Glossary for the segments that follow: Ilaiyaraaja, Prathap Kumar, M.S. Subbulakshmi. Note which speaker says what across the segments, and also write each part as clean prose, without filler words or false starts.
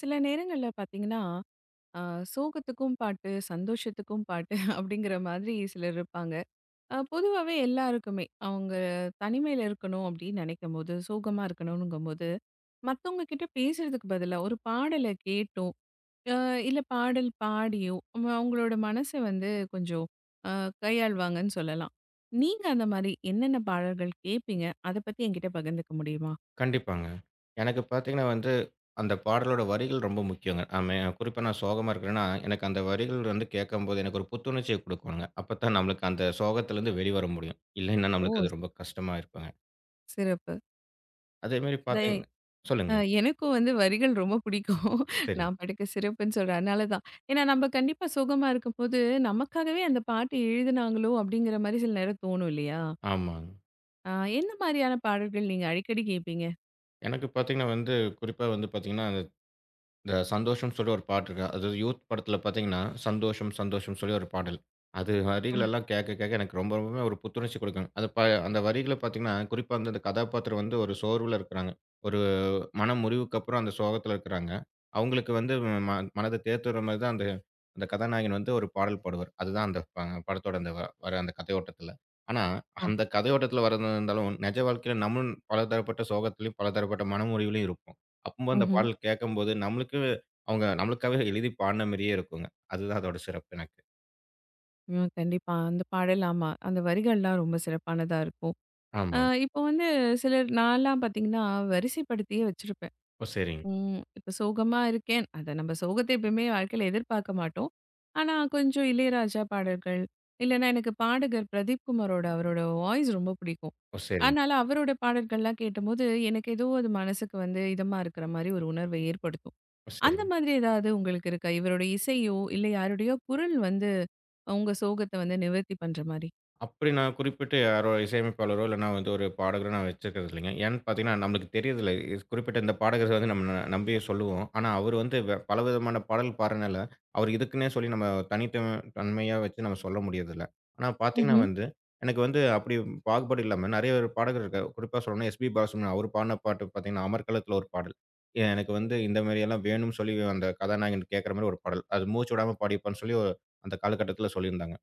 Speaker 1: சில நேரங்கள்ல பார்த்தீங்கன்னா, அ சோகத்துக்கும் பாட்டு, சந்தோஷத்துக்கும் பாட்டு அப்படிங்கிற மாதிரி சிலர் இருப்பாங்க. பொதுவாவே எல்லாருக்குமே, அவங்க தனிமையில இருக்கணும் அப்படின்னு நெனைக்கும்போது, சோகமா இருக்கணும்ங்கும்போது, மத்தவங்க கிட்ட பேசுறதுக்கு பதிலா ஒரு பாடல கேட்டும், அ இல்ல பாடல் பாடியும், அவங்களோட மனச வந்து கொஞ்சம் அ கையாள்வாங்கன்னு சொல்லலாம். நீங்க அந்த மாரி என்னென்ன பாடல்கள் கேட்பீங்க? அத பத்தி என்கிட்ட பகிர்ந்துக்க முடியுமா?
Speaker 2: கண்டிப்பாங்க. எனக்கு பார்த்தீங்கன்னா வந்து, அந்த பாடலோட வரிகள் ரொம்ப முக்கியங்க. ஆமே குறிப்பா நான் சோகமா இருக்கிறேன்னா, எனக்கு அந்த வரிகள் வந்து கேட்கும்போது எனக்கு ஒரு புத்துணர்ச்சிய குடுக்குங்க. அப்பத்தான் நம்மளுக்கு அந்த சோகத்திலருந்து வெளிவர முடியும். இல்லைன்னா நம்மளுக்கு
Speaker 1: ஓ!
Speaker 2: அது ரொம்ப கஷ்டமா இருக்குங்க.
Speaker 1: சிறப்பு.
Speaker 2: அதேமாரி
Speaker 1: அத
Speaker 2: பார்த்தீங்க சொல்லுங்க.
Speaker 1: அ எனக்கும் வந்து வரிகள் ரொம்ப பிடிக்கும்.
Speaker 2: சரி.
Speaker 1: நான் பாட்டுக்கு சிறப்புன்னு சொல்றேன். அதனால தான். ஏன்னா நம்ம கண்டிப்பா சோகமா இருக்கும்போது, நமக்காகவே அந்த பாட்டு எழுதுனாங்களோ! அப்படிங்கிற மாரி சில நேரம் தோணும் இல்லையா?
Speaker 2: ஆமாங்க.
Speaker 1: அ எந்த மாதிரியான பாடல்கள் நீங்க அடிக்கடி கேட்பீங்க?
Speaker 2: எனக்கு பார்த்தீங்கன்னா வந்து குறிப்பா வந்து பார்த்தீங்கன்னா இந்த சந்தோஷம்னு சொல்லி ஒரு பாட்டு இருக்கு. அது யூத் படத்துல பார்த்தீங்கன்னா, சந்தோஷம் சந்தோஷம்னு சொல்லி ஒரு பாடல். அது
Speaker 1: ஆ,
Speaker 2: வரிகள் எல்லாம் கேட்க கேட்க எனக்கு ரொம்ப ரொம்பவுமே ஒரு புத்துணர்ச்சி குடுக்குங்க. அது ப அந்த வரிகள பார்த்தீங்கன்னா, குறிப்பா வந்து அந்த கதாபாத்திரம் வந்து ஒரு சோர்வுல இருக்குறாங்க. ஒரு மன முறிவுக்கு அப்புறம் அந்த சோகத்துல இருக்கிறாங்க. அவங்களுக்கு வந்து ம மனத தேத்துற மாரி தான் அந்த அந்த கதாநாயகன் வந்து ஒரு பாடல் பாடுவார். அதுதான் அந்த ப படத்தோட அந்த வ வர அந்த கதையோட்டத்துல. ஆனா,
Speaker 1: ஆ.
Speaker 2: அந்த கதையோட்டத்துல வர்றதா இருந்தாலும், நிஜ வாழ்க்கையில நம்மளும் பலதரப்பட்ட சோகத்திலயும், பலதரப்பட்ட மனமுறிவுலயும் இருப்போம். அப்போ அந்த
Speaker 1: ம்ஹ்ம்.
Speaker 2: பாடல் கேட்கும்போது, நம்மளுக்கு அவங்க நம்மளுக்காகவே எழுதி பாடுன மாரியே இருக்குங்க. அதுதான் அதோட சிறப்பு எனக்கு.
Speaker 1: ம். கண்டிப்பா. அந்த பாடல் ஆமா. அந்த வரிகள்லாம் ரொம்ப சிறப்பானதா இருக்கும்.
Speaker 2: ஆமா.
Speaker 1: இப்போ வந்து சிலர் நான்லாம் பார்த்தீங்கன்னா, வரிசைப்படுத்தியே வச்சிருப்பேன்.
Speaker 2: ஓ! சரிங்க.
Speaker 1: ம். இப்ப சோகமா இருக்கேன். அத நம்ம சோகத்த எப்பயுமே வாழ்க்கையில எதிர்பார்க்க மாட்டோம். ஆனா, கொஞ்சம் இளையராஜா பாடல்கள், இல்லன்னா எனக்கு பாடகர் பிரதீப் குமாரோட அவரோட வாய்ஸ் ரொம்ப பிடிக்கும்.
Speaker 2: ஓ! சரிங்க.
Speaker 1: அதனால அவரோட பாடல்கள்லாம் கேட்டபோது, எனக்கு ஏதோ அது மனசுக்கு வந்து இதமா இருக்கிற மாரி ஒரு உணர்வை ஏற்படுத்தும்.
Speaker 2: ஓ!
Speaker 1: அந்த
Speaker 2: சரிங்க.
Speaker 1: மாதிரி ஏதாவது உங்களுக்கு இருக்கா? இவரோட இசையோ, இல்ல யாருடையோ குரல் வந்து உங்க சோகத்த வந்து நிவர்த்தி பண்ற மாரி?
Speaker 2: அப்படி நான் குறிப்பிட்டு யாரோ இசையமைப்பாளரோ, இல்லன்னா வந்து ஒரு பாடகரோ நான் வச்சிருக்கிறது இல்லைங்க. ஏன்னு பார்த்தீங்கன்னா, நம்மளுக்கு தெரியறதில்ல. இஸ் குறிப்பிட்ட இந்த பாடகர வந்து நம்ம நம்பி சொல்லுவோம். ஆனா, அவரு வந்து பலவிதமான பாடல் பாடுறனால, அவரு இதுக்குன்னே சொல்லி நம்ம தன்மையா வச்சு நம்ம சொல்ல முடியறதில்ல. ஆனா பார்த்தீங்கன்னா
Speaker 1: ம்ஹ்ம்.
Speaker 2: வந்து, எனக்கு வந்து அப்படி பாகுபாடு இல்லாம நெறைய ஒரு பாடகர் இருக்காரு. குறிப்பா சொல்லணும்னா, எஸ்பி பாலசுப்ரமணியன் அவரு பாடுன பாட்டு பார்த்தீங்கன்னா, அமர்க்களத்துல ஒரு பாடல். எனக்கு வந்து இந்த மாரி எல்லாம் வேணும்னு சொல்லி அந்த கதாநாயகன் கேட்கற மாரி ஒரு பாடல். அது மூச்சு விடாம பாடியிருப்பான்னு சொல்லி ஒரு அந்த காலகட்டத்துல சொல்லியிருந்தாங்க.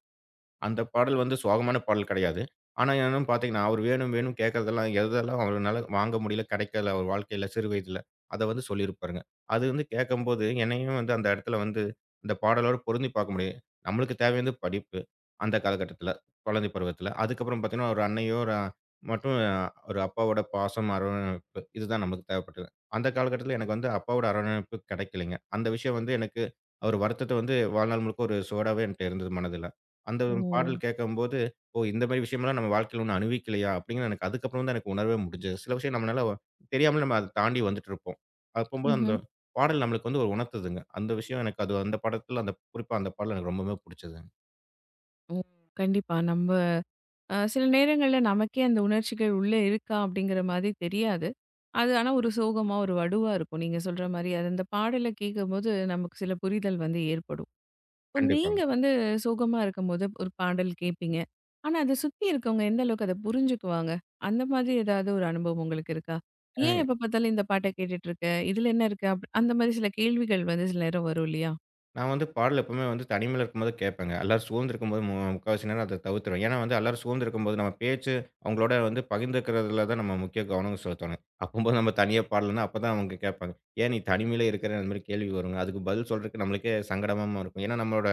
Speaker 2: அந்த பாடல் வந்து சோகமான பாடல் கிடையாது. ஆனா என்னன்னு பார்த்தீங்கன்னா, அவரு வேணும் வேணும் கேட்கிறதெல்லாம் எதெல்லாம் அவருனால வாங்க முடியல, கிடைக்கல அவர் வாழ்க்கையில சிறு வயதில, அத வந்து சொல்லியிருப்பாருங்க. அது வந்து கேட்கும்போது என்னையும் வந்து அந்த இடத்துல வந்து அந்த பாடலோட பொருந்தி பார்க்க முடியும். நம்மளுக்கு தேவையானது படிப்பு, அந்த காலகட்டத்தில, குழந்தை பருவத்தில. அதுக்கப்புறம் பார்த்தீங்கன்னா, ஒரு அன்னையோ மற்றும் ஒரு அப்பாவோட பாசம், அரவணைப்பு இதுதான் நமக்கு தேவைப்பட்டது. அந்த காலகட்டத்தில எனக்கு வந்து அப்பாவோட அரவணைப்பு கிடைக்கலைங்க. அந்த விஷயம் வந்து எனக்கு அவர் வருத்தத்த வந்து வாழ்நாள் முழுக்க ஒரு சுவடாவே என்ட்ட இருந்தது மனதில. அந்த
Speaker 1: ஓ!
Speaker 2: பாடல் கேட்கும்போது, "ஓ! இந்த மாரி விஷயமெல்லாம் நம்ம வாழ்க்கையில ஒண்ணும் அனுபவிக்கலையா?" அப்படிங்கிற எனக்கு அதுக்கப்புறம் தான் எனக்கு உணரவே முடிஞ்சது. சில விஷயம் நம்மளால தெரியாமலே நம்ம அத தாண்டி வந்துட்டுருப்போம். அப்பம்போது அந்த
Speaker 1: ம்ஹ்ம்.
Speaker 2: பாடல் நம்மளுக்கு வந்து ஒரு உணர்த்துதுங்க. அந்த விஷயம் எனக்கு அது அந்த படத்துல அந்த குறிப்பா அந்த பாடல் எனக்கு ரொம்பவுமே புடிச்சதுங்க.
Speaker 1: ஓ! கண்டிப்பா. நம்ம சில நேரங்கள்ல நமக்கே அந்த உணர்ச்சிகள் உள்ளே இருக்கா? அப்படிங்கிற மாதிரி தெரியாது. அது ஆனா ஒரு சோகமா, ஒரு வடுவா இருக்கும். நீங்க சொல்ற மாரி. அது அந்த பாடல கேட்கும்போது நமக்கு சில புரிதல் வந்து ஏற்படும். இப்போ
Speaker 2: கண்டிப்பாங்க.
Speaker 1: நீங்க வந்து சோகமா இருக்கும்போது ஒரு பாடல் கேட்பீங்க. ஆனா அத சுத்தி இருக்கவங்க எந்த அளவுக்கு அத புரிஞ்சுக்குவாங்க? அந்த மாதிரி ஏதாவது ஒரு அனுபவம் உங்களுக்கு இருக்கா?
Speaker 2: அ
Speaker 1: "ஏன் எப்ப பார்த்தாலும் இந்த பாட்ட கேட்டுட்டு இருக்க? இதுல என்ன இருக்கு?" அந்த மாரி சில கேள்விகள் வந்து சில நேரம் வரும் இல்லையா?
Speaker 2: நான் வந்து பாடல் எப்பவுமே வந்து தனிமையில இருக்கும்போது கேட்பேங்க. எல்லாரும் சூழ்ந்து இருக்கும்போது முக்காவாசி நேரம் அத தவிர்த்துருவேன். ஏன்னா வந்து எல்லாரும் சூழ்ந்து இருக்கும்போது நம்ம பேச்சு, அவங்களோட வந்து பகிர்ந்துக்கிறதுல தான் நம்ம முக்கிய கவனம் செலுத்தணும். அப்பம்போது நம்ம தனியா பாடலன்னா அப்பதான் அவங்க கேட்பாங்க. "ஏன் நீ தனிமையில இருக்கிற?" அந்த மாரி கேள்வி வருங்க. அதுக்கு பதில் சொல்றதுக்கு நம்மளுக்கே சங்கடமாவும் இருக்கும். ஏன்னா நம்மளோட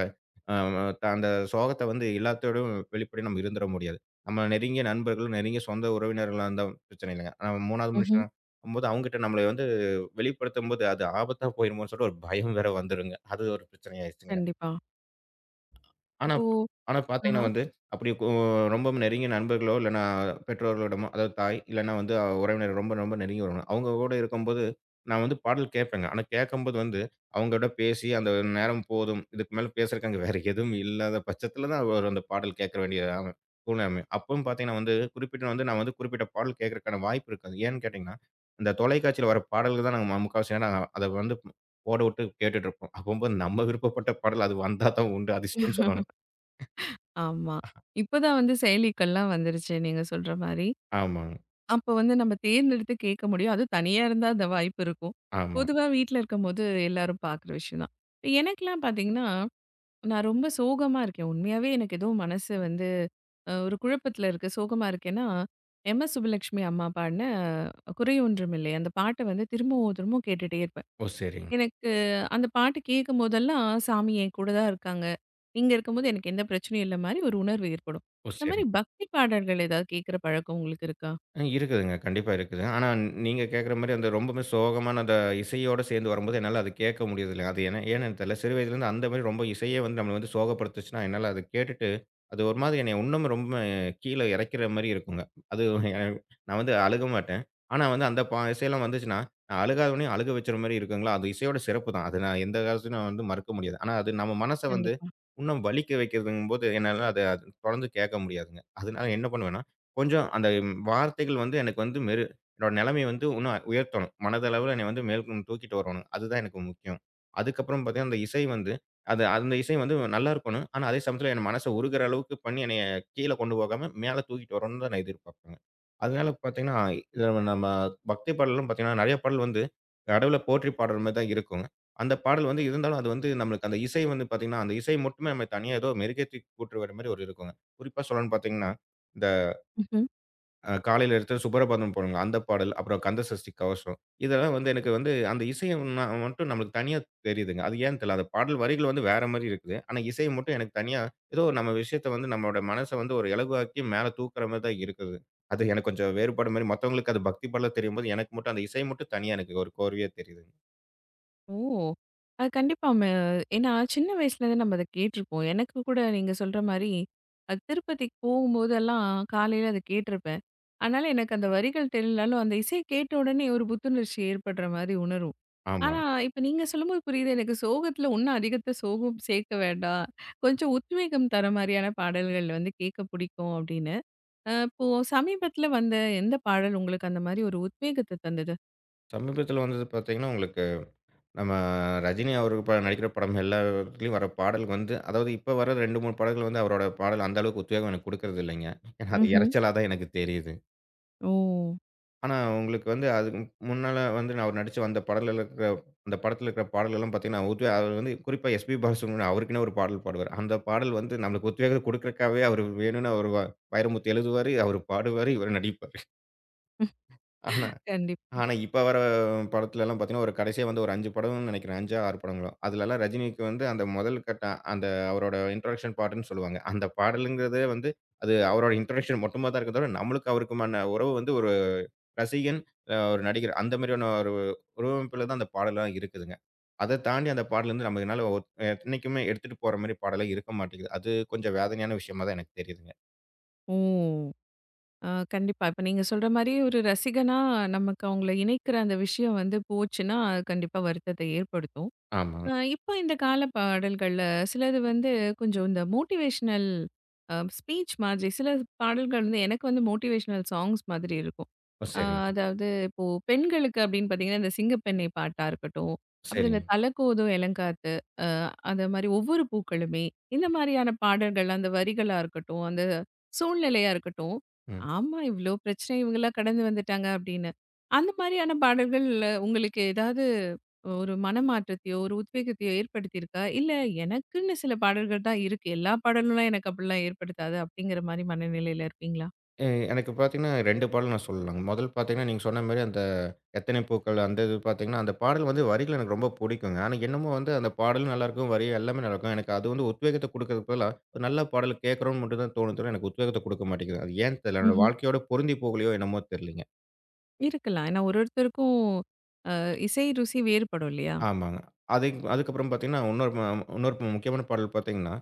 Speaker 2: அ த அந்த சோகத்த வந்து எல்லாத்தோடும் வெளிப்படையா நம்ம இருந்துற முடியாது. நம்ம நெருங்கிய நண்பர்கள், நெருங்கிய சொந்த உறவினர்களா இருந்தா பிரச்சனை இல்லைங்க. ஆனா 3வது
Speaker 1: ம்ஹ்ம்.
Speaker 2: மனுஷனா போது அவங்ககிட்ட நம்மள வந்து வெளிப்படுத்தும்போது, அது ஆபத்தா போயிருமோன்னு சொல்லிட்டு ஒரு பயம் வேற வந்துருங்க. அது ஒரு பிரச்சனை ஆயிருச்சுங்க.
Speaker 1: கண்டிப்பா.
Speaker 2: ஆனா
Speaker 1: இப்போ
Speaker 2: ஆனா
Speaker 1: ஆ.
Speaker 2: பார்த்தீங்கன்னா வந்து, அப்படி கொ ரொம்ப நெருங்கிய நண்பர்களோ, இல்லன்னா பெற்றோர்களிடமோ, அதாவது தாய் இல்லன்னா வந்து உறவினர் ரொம்ப ரொம்ப நெருங்கிய உறவினர். அவங்க கூட இருக்கும்போது, நான் வந்து பாடல் கேட்பேங்க. ஆனா கேட்கும்போது வந்து, அவங்களோட பேசி அந்த நேரம் போதும். இதுக்கு மேல பேசுறதுக்கு அங்க வேற எதுவும் இல்லாத பட்சத்தில தான் ஒரு அந்த பாடல் கேட்க வேண்டிய ஆகும் சூழ்நிலை அமையும். அப்பவும் பார்த்தீங்கன்னா வந்து, குறிப்பிட்ட வந்து நான் வந்து குறிப்பிட்ட பாடல் கேட்கறதுக்கான வாய்ப்பு இருக்காது. ஏன்னு கேட்டீங்கன்னா, இந்த தொலைக்காட்சியில வர பாடல்கள் தான் நாங்க முக்காவாசி நேரம் அத வந்து ஓடவுட்டு கேட்டுட்டு இருப்போம். அப்பம்போது நம்ம விருப்பப்பட்ட பாடல் அது வந்தா தான் உண்டு. அதிர்ஷ்டம்னு சொல்லணும்.
Speaker 1: ஆமா. இப்பதான் வந்து செயலிகள்லாம் வந்துருச்சு நீங்க சொல்ற மாரி.
Speaker 2: ஆமாங்க.
Speaker 1: அப்போ வந்து நம்ம தேர்ந்தெடுத்து கேட்க முடியும். அதுவும் தனியா இருந்தா அந்த வாய்ப்பு இருக்கும்.
Speaker 2: ஆமா.
Speaker 1: பொதுவா வீட்ல இருக்கும்போது எல்லாரும் பார்க்குற விஷயம் தான். எனக்கெல்லாம் பார்த்தீங்கன்னா, நான் ரொம்ப சோகமா இருக்கேன். உண்மையாவே எனக்கு ஏதோ மனசு வந்து ஒரு குழப்பத்தில இருக்கு. சோகமா இருக்கேன்னா, எம்.எஸ். சுப்புலட்சுமி அம்மா பாடின "குறை ஒன்றுமில்லை" அந்த பாட்ட வந்து திரும்பவும் திரும்பவும் கேட்டுட்டே இருப்பேன்.
Speaker 2: ஓ! சரிங்க.
Speaker 1: எனக்கு அந்த பாட்டு கேட்கும்போதெல்லாம், சாமி என் கூட தான் இருக்காங்க. நீங்க இருக்கும்போது எனக்கு எந்த பிரச்சனையும் இல்ல மாரி ஒரு உணர்வு ஏற்படும்.
Speaker 2: ஓ!
Speaker 1: இந்த மாரி
Speaker 2: சரிங்க.
Speaker 1: பக்தி பாடல்கள் ஏதாவது கேட்கிற பழக்கம் உங்களுக்கு இருக்கா?
Speaker 2: அ இருக்குதுங்க. கண்டிப்பா இருக்குது. ஆனா நீங்க கேட்குற மாரி அந்த ரொம்பவுமே சோகமான அந்த இசையோட சேர்ந்து வரும்போது என்னால அது கேட்க முடியறதில்ல. அது ஏன்னா ஏன்னு தெரியல. சிறு வயதிலேருந்து அந்த மாரி ரொம்ப இசையே வந்து நம்மள வந்து சோகப்படுத்துச்சுன்னா, என்னால அத கேட்டுட்டு அது ஒரு மாதிரி என்னைய இன்னும் ரொம்ப கீழ இறக்கிற மாரி இருக்குங்க. அது நான் வந்து அழுக மாட்டேன். ஆனா வந்து அந்த இசையெல்லாம் வந்துச்சுன்னா, நான் அழுகாதவனையும் அழுக வச்சுற மாரி இருக்குங்களா, அது இசையோட சிறப்பு தான். அது நான் எந்த காலத்துலயும் நான் வந்து மறுக்க முடியாது. ஆனா அது நம்ம மனச வந்து
Speaker 1: கண்டிப்பா.
Speaker 2: இன்னும் வலிக்க வைக்கிறதுங்கும்போது என்னால அத தொடர்ந்து கேட்க முடியாதுங்க. அதனால என்ன பண்ணுவேன்னா, கொஞ்சம் அந்த வார்த்தைகள் வந்து எனக்கு வந்து என்னோட நிலைமைய வந்து இன்னும் உயர்த்தணும். மனதளவுல என்னைய வந்து மேலும் தூக்கிட்டு வரணும். அதுதான் எனக்கு முக்கியம். அதுக்கப்புறம் பார்த்தீங்கன்னா, அந்த இசை வந்து அது அந்த இசை வந்து நல்லா இருக்கணும். ஆனா, அதே சமயத்தில என் மனச உருகுற அளவுக்கு பண்ணி என்னைய கீழ கொண்டு போகாம, மேல தூக்கிட்டு வரணும்னு தான் நான் எதிர்பார்ப்பேங்க. அதனால பார்த்தீங்கன்னா, இதில நம்ம பக்தி பாடல்லாம் பார்த்தீங்கன்னா, நெறைய பாடல் வந்து கடவுள போற்றி பாடுற மாரி தான் இருக்குங்க. அந்த பாடல் வந்து இருந்தாலும் அது வந்து நம்மளுக்கு அந்த இசை வந்து பார்த்தீங்கன்னா, அந்த இசை மட்டுமே நம்ம தனியா ஏதோ மெருகேத்தி கூட்டுற மாரி ஒரு இருக்குங்க. குறிப்பா சொல்லணும்னு பார்த்தீங்கன்னா அ காலையில எடுத்து சுப்ரபாதம் போடுங்க. அந்த பாடல், அப்புறம் கந்த சஷ்டி கவசம். இதெல்லாம் வந்து எனக்கு வந்து அந்த இசைய மட்டும் நம்மளுக்கு தனியா தெரியுதுங்க. அது ஏன்னு தெரியல. அந்த பாடல் வரிகள் வந்து வேற மாரி இருக்குது. ஆனா இசை மட்டும் எனக்கு தனியா ஏதோ நம்ம விஷயத்த வந்து நம்மளோட மனச வந்து ஒரு இலகுவாக்கி மேல தூக்குற மாரி தான் இருக்குது. அது எனக்கு கொஞ்சம் வேறுபாடு மாரி மத்தவங்களுக்கு அது பக்தி பாடலா தெரியும்போது, எனக்கு மட்டும் அந்த இசை மட்டும் தனியா எனக்கு ஒரு கோர்வையா தெரியுதுங்க.
Speaker 1: ஓ! அது கண்டிப்பா ஏன்னா சின்ன வயசுலேருந்து நம்ம அத கேட்டுருப்போம். எனக்கு கூட நீங்க சொல்ற மாரி, அது திருப்பதிக்கு போகும்போதெல்லாம் காலையில அத கேட்டிருப்பேன். அதனால எனக்கு அந்த வரிகள் தெரியலனாலும், அந்த இசைய கேட்ட உடனே ஒரு புத்துணர்ச்சி ஏற்படுற மாரி உணரும்.
Speaker 2: ஆமா.
Speaker 1: ஆனா இப்ப நீங்க சொல்லும்போது புரியுது எனக்கு சோகத்துல உன்னும் அதிகத்த சோகம் சேர்க்க வேண்டாம். கொஞ்சம் உத்வேகம் தர மாரியான பாடல்கள் வந்து கேட்க பிடிக்கும் அப்படின்னு. இப்போ சமீபத்துல வந்த எந்த பாடல் உங்களுக்கு அந்த மாரி ஒரு உத்வேகத்த தந்தது?
Speaker 2: சமீபத்தில வந்தது பார்த்தீங்கன்னா, உங்களுக்கு நம்ம ரஜினி அவருக்கு நடிக்கிற படம் எல்லாத்துலயும் வர பாடலுக்கு வந்து அதாவது இப்ப வர 2, 3 பாடல்கள் வந்து அவரோட பாடல் அந்த அளவுக்கு உத்வேகம் எனக்கு குடுக்கறது இல்லைங்க. ஏன்னா அது
Speaker 1: ம்ஹ்ம்.
Speaker 2: இரைச்சலா தான் எனக்கு தெரியுது.
Speaker 1: ஓ!
Speaker 2: ஆனா உங்களுக்கு வந்து அதுக்கு முன்னால வந்து நான் அவர் நடிச்சு வந்த பாடல்ல இருக்கிற அந்த படத்துல இருக்கிற பாடல் எல்லாம் பார்த்தீங்கன்னா, அவர் வந்து குறிப்பா எஸ்பி பாலசுப்ரமணியம் அவருக்குன்னே ஒரு பாடல் பாடுவாரு. அந்த பாடல் வந்து நம்மளுக்கு உத்வேகம் குடுக்கறதுக்காகவே அவர் வேணும்னு அவர் வைரமுத்து எழுதுவாரு, அவர் பாடுவாரு, இவர் நடிப்பாரு. ஆனா
Speaker 1: கண்டிப்
Speaker 2: ஆனா, இப்ப வர படத்துலலாம் பார்த்தீங்கன்னா, ஒரு கடைசியா வந்து ஒரு 5 படம்னு நெனைக்கிறேன். 5 6 படங்களோ! அதுலலாம் ரஜினிக்கு வந்து அந்த முதல் கட்ட அந்த அவரோட இன்ட்ரோடக்ஷன் பாட்டுன்னு சொல்லுவாங்க. அந்த பாடலுங்கிறதே வந்து அது அவரோட இன்ட்ரோடக்ஷன் மட்டுமா தான் இருக்கே தவிர, நம்மளுக்கு அவருக்குமான உறவு வந்து ஒரு ரசிகன், அ ஒரு நடிகர் அந்த மாரியான ஒரு உருவமைப்புல தான் அந்த பாடல்லாம் இருக்குதுங்க. அத தாண்டி அந்த பாடல் வந்து நம்மனால என்னைக்குமே எடுத்துட்டு போற மாரி பாடலா இருக்க மாட்டேங்குது. அது கொஞ்சம் வேதனையான விஷயமா தான் எனக்கு தெரியுதுங்க.
Speaker 1: ஓ! ஆ கண்டிப்பா. இப்ப நீங்க சொல்ற மாரி ஒரு ரசிகனா நமக்கு அவங்கள இணைக்கிற அந்த விஷயம் வந்து போச்சுன்னா, அது கண்டிப்பா வருத்தத்த ஏற்படுத்தும்.
Speaker 2: ஆமாங்க.
Speaker 1: இப்போ இந்த கால பாடல்கள்ல சிலது வந்து கொஞ்சம் இந்த மோட்டிவேஷனல் ஸ்பீச் மாதிரி சில பாடல்கள் வந்து எனக்கு வந்து மோட்டிவேஷனல் சாங்ஸ் மாதிரி இருக்கும்.
Speaker 2: ஓ!
Speaker 1: அ
Speaker 2: சரிங்க,
Speaker 1: அதாவது இப்போ பெண்களுக்கு அப்படின்னு பார்த்தீங்கன்னா, இந்த சிங்கப்பெண்ணை பாட்டா இருக்கட்டும், அப்புறம் இந்த
Speaker 2: சரிங்க.
Speaker 1: தலகோதும் இளங்காத்து அ அந்த மாரி ஒவ்வொரு பூக்களுமே இந்த மாதிரியான பாடல்கள் அந்த வரிகளா இருக்கட்டும், அந்த சூழ்நிலையா இருக்கட்டும்,
Speaker 2: ம்.
Speaker 1: ஆமா இவ்ளோ பிரச்சனை இவங்கலாம் கடந்து வந்துட்டாங்க அப்படின்னு. அந்த மாதிரியான பாடல்கள் உங்களுக்கு ஏதாவது ஒரு மனமாற்றத்தையோ, ஒரு உத்வேகத்தையோ ஏற்படுத்தியிருக்கா? இல்ல எனக்குன்னு சில பாடல்கள் தான் இருக்கு. எல்லா பாடலும் எனக்கு அப்படிலாம் ஏற்படுத்தாது அப்படிங்கிற மாரி மனநிலையில இருப்பீங்களா?
Speaker 2: எ எனக்கு பார்த்தீங்கன்னா 2 பாடல் நான் சொல்லலாங்க. முதல் பார்த்தீங்கன்னா, நீங்க சொன்ன மாரி அந்த எத்தனை பூக்கள் அந்த இது பார்த்தீங்கன்னா, அந்த பாடல் வந்து வரிகள் எனக்கு ரொம்ப புடிக்குங்க. ஆனா, என்னமோ வந்து அந்த பாடலும் நல்லாயிருக்கும், வரி எல்லாமே நல்லாயிருக்கும். எனக்கு அது வந்து உத்வேகத்த குடுக்கறதுக்கு பதிலா, ஒரு நல்ல பாடல் கேட்கறோம்னு மட்டும் தான் தோணுது தவிர, எனக்கு உத்வேகத்த குடுக்க மாட்டேங்குது. அது ஏன்னு தெரியல. என்னோட
Speaker 1: ம்ஹ்ம்.
Speaker 2: வாழ்க்கையோட பொருந்தி போகலையோ என்னமோ தெரியலைங்க.
Speaker 1: இருக்கலாம். ஏன்னா ஒருத்தருக்கும் அ இசை ருசி வேறுபடும் இல்லையா?
Speaker 2: ஆமாங்க. அதுக்கப்புறம் பார்த்தீங்கன்னா, இன்னொரு முக்கியமான பாடல் பார்த்தீங்கன்னா,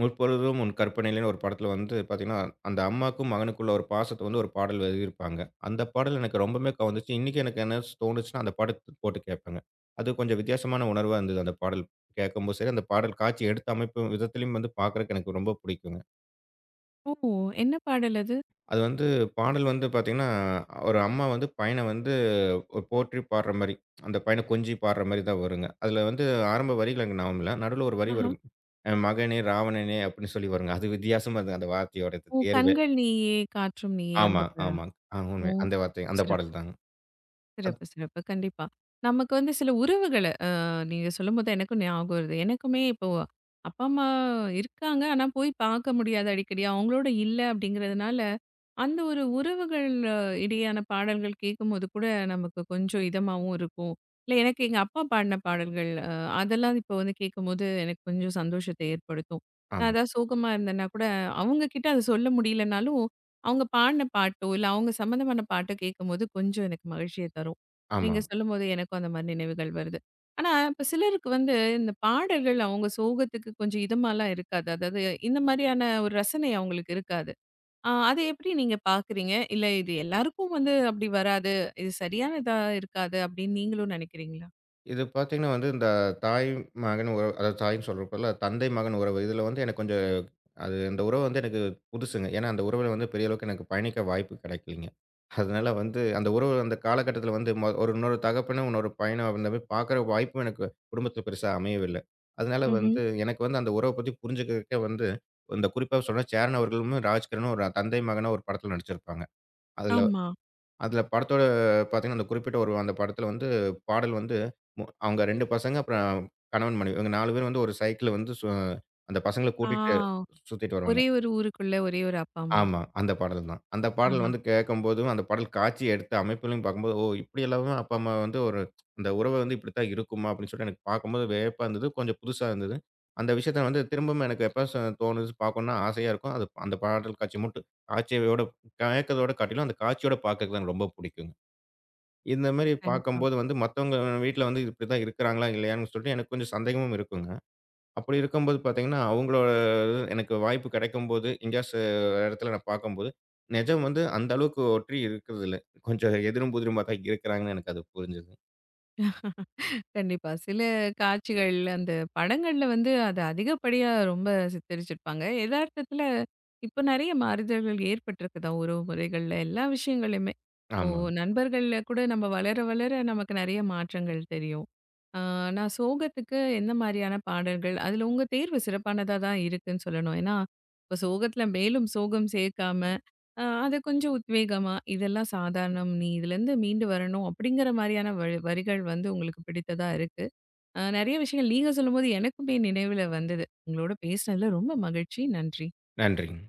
Speaker 2: 'முற்பொழுதும் உன் கற்பனையிலேன்னு' ஒரு படத்தில வந்து பார்த்தீங்கன்னா, அந்த அம்மாக்கும் மகனுக்குள்ள ஒரு பாசத்த வந்து ஒரு பாடல் எழுதியிருப்பாங்க. அந்த பாடல் எனக்கு ரொம்பவுமே கவர்ந்துச்சு. இன்னைக்கு எனக்கு என்ன தோணுச்சுன்னா, அந்த பாடத்த போட்டு கேட்பேங்க. அது கொஞ்சம் வித்தியாசமான உணர்வா இருந்தது அந்த பாடல். கேட்கும்போது சரி, அந்த பாடல் காட்சி எடுத்த அமைப்பு விதத்திலயும் வந்து பார்க்கறக்கு எனக்கு ரொம்ப பிடிக்குங்க.
Speaker 1: ஓ! என்ன பாடல் அது?
Speaker 2: அது வந்து பாடல் வந்து பார்த்தீங்கன்னா, ஒரு அம்மா வந்து பையன வந்து ஒரு போற்றி பாடுற மாரி, அந்த பையன கொஞ்சி பாடுற மாரி தான் வருங்க. அதில வந்து ஆரம்ப வரிகள் எனக்கு ஞாபகம் இல்ல. நடுவுல ஒரு வரி
Speaker 1: ஆஹா.
Speaker 2: வரும். "எ மகனே ராவணனே" அப்படின்னு சொல்லி வருங்க. அது வித்தியாசமா இருந்தது அந்த வார்த்தையோட இது
Speaker 1: ஓ!
Speaker 2: தேர்வே.
Speaker 1: "கண்கள் நீயே, காற்றும் நீயே" அந்த
Speaker 2: ஆமா,
Speaker 1: பாடலா?
Speaker 2: ஆமாங்க. ஆ
Speaker 1: ஓ!
Speaker 2: உண்மை. அந்த வார்த்தை, அந்த
Speaker 1: சிறப்பு.
Speaker 2: பாடல் தாங்க. அது
Speaker 1: சிறப்பு, சிறப்பு. கண்டிப்பா. நமக்கு வந்து சில உறவுகள நீங்க சொல்லும்போது எனக்கும் ஞாபகம் வருது. எனக்குமே இப்போ அப்பா, அம்மா இருக்காங்க. ஆனா, போய் பார்க்க முடியாது அடிக்கடி. அவங்களோட இல்ல அப்படிங்கிறதுனால, அந்த ஒரு உறவுகள் இடையான பாடல்கள் கேட்கும்போது கூட நமக்கு கொஞ்சம் இதமாவும் இருக்கும். இல்ல எனக்கு எங்க அப்பா பாடின பாடல்கள் அதெல்லாம் இப்போ வந்து கேட்கும்போது எனக்கு கொஞ்சம் சந்தோஷத்தை ஏற்படுத்தும். நான்
Speaker 2: ஆமா,
Speaker 1: ஏதாவது சோகமா இருந்தேன்னா கூட, அவங்க கிட்ட அத சொல்ல முடியலனாலும் அவங்க பாடின பாட்டோ, இல்ல அவங்க சம்மந்தமான பாட்டோ கேட்கும்போது கொஞ்சம் எனக்கு மகிழ்ச்சிய தரும்.
Speaker 2: ஆமா.
Speaker 1: நீங்க சொல்லும்போது எனக்கும் அந்த மாரி நினைவுகள் வருது. ஆனா, இப்ப சிலருக்கு வந்து இந்த பாடல்கள் அவங்க சோகத்துக்கு கொஞ்சம் இதமாலாம் இருக்காது. அதாவது இந்த மாரியான ஒரு ரசனை அவங்களுக்கு இருக்காது. அத எப்படி நீங்க பார்க்குறீங்க? இல்ல இது எல்லாருக்கும் வந்து அப்படி வராது. இது சரியானதா இருக்காது அப்படின்னு நீங்களும் நினைக்கிறீங்களா?
Speaker 2: இது பார்த்தீங்கன்னா வந்து இந்த தாய், மகன் உறவு அதாவது தாய்ன்னு சொல்றப்போல, தந்தை, மகன் உறவு இதில வந்து எனக்கு கொஞ்சம் அது அந்த உறவு வந்து எனக்கு புதுசுங்க. ஏன்னா, அந்த உறவுல வந்து பெரிய அளவுக்கு எனக்கு பயணிக்க வாய்ப்பு கிடைக்கலைங்க. அதனால வந்து அந்த உறவு அந்த காலகட்டத்தில வந்து ஒரு இன்னொரு தகப்பனும், இன்னொரு பையனும் அந்த மாரி பார்க்குற வாய்ப்பும் எனக்கு குடும்பத்தில பெருசா அமையவில்ல. அதனால
Speaker 1: ம்ஹ்ம்.
Speaker 2: வந்து எனக்கு வந்து அந்த உறவ பத்தி புரிஞ்சுக்கிறதுக்கே வந்து இந்த குறிப்பா சொன்னா சேரன் அவர்களும், ராஜ்கிரனும் ஒரு தந்தை மகனா ஒரு படத்தில நடிச்சிருப்பாங்க. அதில
Speaker 1: ஆமா.
Speaker 2: அதில படத்தோட பார்த்தீங்கன்னா, அந்த குறிப்பிட்ட ஒரு அந்த படத்தில வந்து பாடல் வந்து அவங்க 2 பசங்க அப்புறம் கணவன், மனைவி இவங்க 4 பேரும் வந்து ஒரு சைக்கிள்ல வந்து அந்த பசங்கள
Speaker 1: ஆ
Speaker 2: கூட்டிட்டு சுத்திட்டு
Speaker 1: ஒரே
Speaker 2: வருவாங்க.
Speaker 1: ஒரு ஊருக்குள்ள ஒரே ஒரு அப்பா, அம்மா.
Speaker 2: ஆமா. அந்த பாடல் தான். அந்த பாடல்
Speaker 1: ஆஹா.
Speaker 2: வந்து கேட்கும்போதும், அந்த பாடல் காட்சி எடுத்த அமைப்பிலும் பார்க்கும்போது, ஓ! இப்படியெல்லாம் அப்பா, அம்மா வந்து ஒரு அந்த உறவு வந்து இப்படித்தான் இருக்குமா? அப்படின்னு சொல்லிட்டு எனக்கு பார்க்கும்போது வியப்பா இருந்தது. கொஞ்சம் புதுசா இருந்தது. அந்த விஷயத்த வந்து திரும்பவும் எனக்கு எப்ப ச தோணுது பார்க்கணும்னு ஆசையா இருக்கும். அது அந்த பாடல் காட்சி மட்டும் காட்சியோட கேட்கிறதோட காட்டிலும் அந்த காட்சியோட பார்க்கறதுக்கு எனக்கு ரொம்ப பிடிக்குங்க. இந்த மாரி
Speaker 1: கண்டிப்பா.
Speaker 2: பார்க்கும்போது வந்து மத்தவங்க வீட்ல வந்து இப்படித்தான் இருக்கிறாங்களா? இல்லையான்னு சொல்லிட்டு எனக்கு கொஞ்சம் சந்தேகமும் இருக்குங்க. அப்படி இருக்கும்போது பார்த்தீங்கன்னா, அவங்களோட இது எனக்கு வாய்ப்பு கிடைக்கும்போது, எங்கேயாச்சு இடத்துல நான் பார்க்கும்போது, நிஜம் வந்து அந்த அளவுக்கு ஒற்றி இருக்கிறதில்ல. கொஞ்சம் எதிரும் புதிருமா தான் இருக்கிறாங்கன்னு எனக்கு அது புரிஞ்சது.
Speaker 1: கண்டிப்பா. சில காட்சிகள் அந்த படங்கள்ல வந்து அத அதிகப்படியா ரொம்ப சித்தரிச்சிருப்பாங்க. எதார்த்தத்துல இப்ப நெறைய மாறுதல்கள் ஏற்பட்டிருக்கு தான் உறவு முறைகள்ல, எல்லா விஷயங்களுமே. இப்போ
Speaker 2: ஆமாங்க.
Speaker 1: நண்பர்கள்ல கூட நம்ம வளர வளர நமக்கு நெறைய மாற்றங்கள் தெரியும். ஆ நான் சோகத்துக்கு எந்த மாரியான பாடல்கள், அதுல உங்க தேர்வு சிறப்பானதா தான் இருக்குன்னு சொல்லணும். ஏன்னா, இப்ப சோகத்துல மேலும் சோகம் சேர்க்காம அது கொஞ்சம் உத்வேகமா, இதெல்லாம் சாதாரணம். நீ இதுலேருந்து மீண்டு வரணும் அப்படிங்கிற மாரியான வரிகள் வந்து உங்களுக்கு பிடித்ததா இருக்கு. நெறைய விஷயங்கள் நீங்க சொல்லும்போது எனக்குமே நினைவுல வந்தது. உங்களோட பேசினதுல ரொம்ப மகிழ்ச்சி. நன்றி.
Speaker 2: நன்றிங்க.